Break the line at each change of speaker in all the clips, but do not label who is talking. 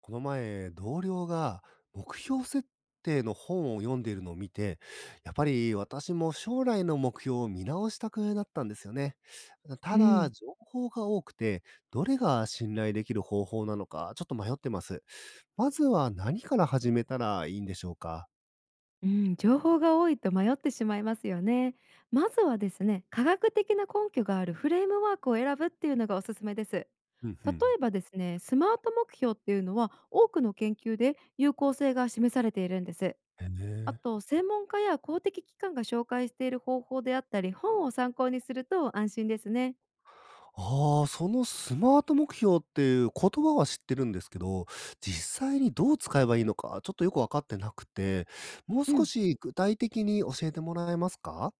この前、同僚が目標設定の本を読んでいるのを見て、やっぱり私も将来の目標を見直したくなったんですよね。た
う
だ、
ん、
情報が多くて、どれが信頼できる方法なのか、ちょっと迷ってます。まずは何から始めたらいいんでしょうか。
うん、情報が多いと迷ってしまいますよね。まずはですね、科学的な根拠があるフレームワークを選ぶっていうのがおすすめです。例
うんうん。
えばですね、スマート目標っていうのは多くの研究で有効性が示されているんです。
へ
あ
え。
と、専門家や公的機関が紹介している方法であったり、本を参考にすると安心ですね。
ああ、そのスマート目標っていう言葉は知ってるんですけど、実際にどう使えばいいのか、ちょっとよくわかってなくて、もう
う
少
ん。
し具体的に教えてもらえますか？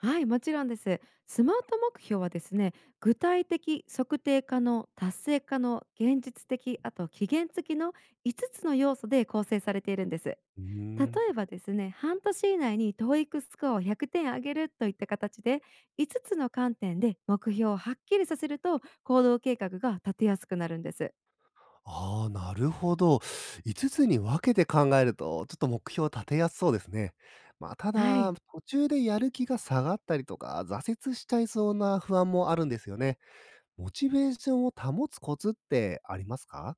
はい、もちろんです。スマート目標はですね、具体的、測定可能、達成可能、現実的、あと期限付きの5つつの要素で構成されているんです。
うー
例
ん。
えばですね、半年以内にトーイックスコアを100点上げるといった形で、5つつの観点で目標をはっきりさせると行動計画が立てやすくなるんです。
ああ、なるほど。5つつに分けて考えると、ちょっと目標を立てやすそうですね。まあ、た
は
だ、
い。
途中でやる気が下がったりとか、挫折しちゃいそうな不安もあるんですよね。モチベーションを保つコツってありますか？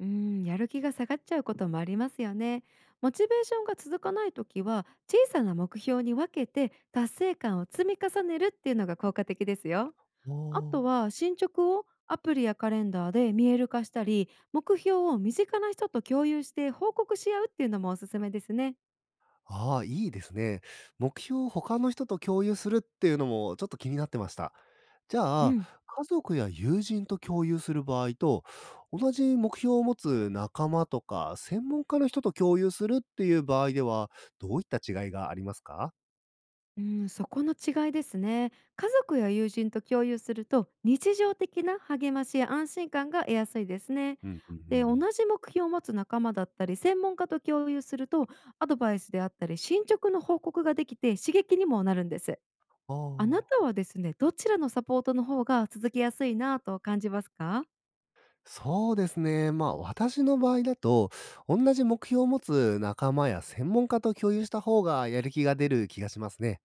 うん、やる気が下がっちゃうこともありますよね。モチベーションが続かないときは、小さな目標に分けて達成感を積み重ねるっていうのが効果的ですよ。
あ
あと
あ。
は進捗をアプリやカレンダーで見える化したり、目標を身近な人と共有して報告し合うっていうのもおすすめですね。
ああ、いいですね。目標を他の人と共有するっていうのもちょっと気になってました。じゃ
う
あ、
ん。
家族や友人と共有する場合と、同じ目標を持つ仲間とか、専門家の人と共有するっていう場合では、どういった違いがありますか。
うん、そこの違いですね。家族や友人と共有すると日常的な励ましや安心感が得やすいですね。
うんうんう
で、同
ん。
じ目標を持つ仲間だったり専門家と共有するとアドバイスであったり進捗の報告ができて刺激にもなるんです。
あ
あなた
あ、
はですね、どちらのサポートの方が続きやすいなと感じますか。
そうですね。まあ私の場合だと、同じ目標を持つ仲間や専門家と共有した方がやる気が出る気がしますね。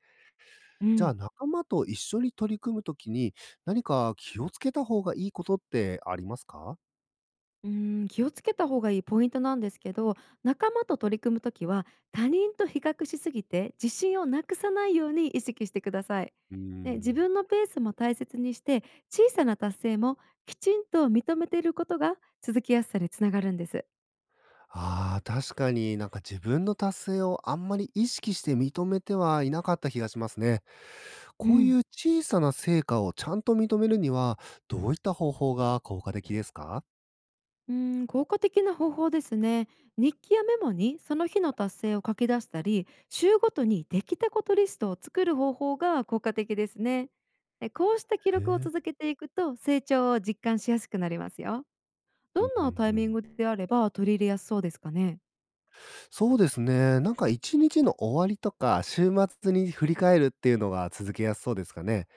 う
じゃあ、
ん。
仲間と一緒に取り組むときに、何か気をつけた方がいいことってありますか？
うーん、気をつけた方がいいポイントなんですけど、仲間と取り組むときは他人と比較しすぎて自信をなくさないように意識してください。
うー
で、自
ん。
分のペースも大切にして小さな達成もきちんと認めていることが続きやすさにつながるんです。
ああ、確かになんか自分の達成をあんまり意識して認めてはいなかった気がしますね。
う
こうい
ん。
う小さな成果をちゃんと認めるには、どういった方法が効果的ですか？
うーん、効果的な方法ですね。日記やメモにその日の達成を書き出したり、週ごとにできたことリストを作る方法が効果的ですね。で、こうした記
へ
録を
え、
続けていくと成長を実感しやすくなりますよ。
うん
ど
うん
ん
う
なタイミン
ん。
グであれば取り入れやすそうですかね。
そうですね。なんか1日の終わりとか、週末に振り返るっていうのが続けやすそうですかね。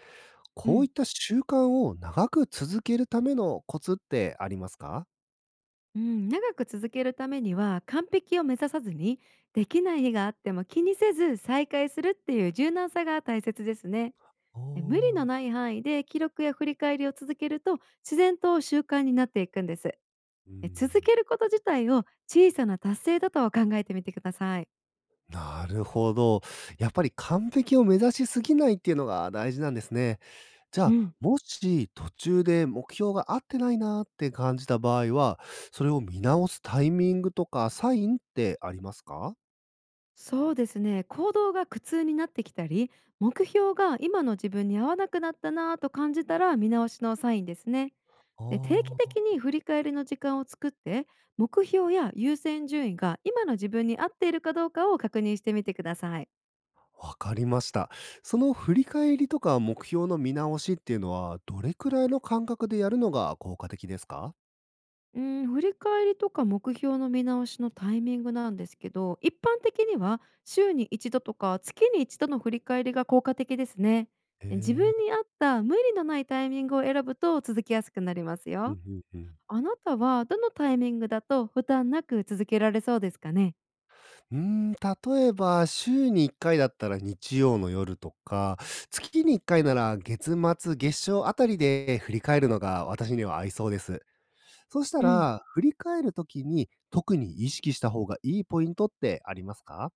う
こうい
ん、
った習慣を長く続けるためのコツってありますか？
うん、長く続けるためには完璧を目指さずにできない日があっても気にせず再開するっていう柔軟さが大切ですね。無理
お
の
あ。
ない範囲で記録や振り返りを続けると自然と習慣になっていくんです。
うー
続
ん、
けること自体を小さな達成だと考えてみてください。
なるほど。やっぱり完璧を目指しすぎないっていうのが大事なんですね。じゃ
う
あ、
ん。
もし途中で目標が合ってないなって感じた場合は、それを見直すタイミングとかサインってありますか？
そうですね、行動が苦痛になってきたり目標が今の自分に合わなくなったなぁと感じたら見直しのサインですね。で、定期
あ
的
あ。
に振り返りの時間を作って目標や優先順位が今の自分に合っているかどうかを確認してみてください。
わかりました。その振り返りとか目標の見直しっていうのは、どれくらいの間隔でやるのが効果的ですか？
うん、振り返りとか目標の見直しのタイミングなんですけど、一般的には週に一度とか月に一度の振り返りが効果的ですね。
へ
自
え。
分に合った無理のないタイミングを選ぶと続きやすくなります
うん
よ。
うんうん。
あなたはどのタイミングだと負担なく続けられそうですかね。
うーん、例えば、週に1回だったら日曜の夜とか、月に1回なら月末、月賞あたりで振り返るのが私には合いそうです。そうした
うん。
ら、振り返るときに特に意識した方がいいポイントってありますか？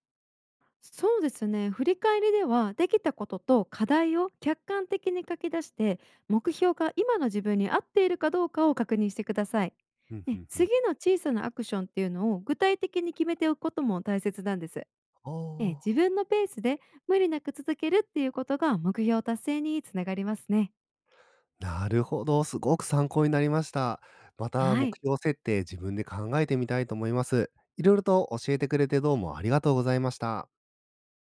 そうですね、振り返りではできたことと課題を客観的に書き出して目標が今の自分に合っているかどうかを確認してください。
うんう
ね、
んうん。
次の小さなアクションっていうのを具体的に決めておくことも大切なんです、え
あ
え
あ、
自分のペースで無理なく続けるっていうことが目標達成につながりますね。
なるほど、すごく参考になりました。また
は
目
い。
標設定、自分で考えてみたいと思います。いろいろと教えてくれてどうもありがとうございました。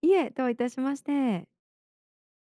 いえ、どういたしまして。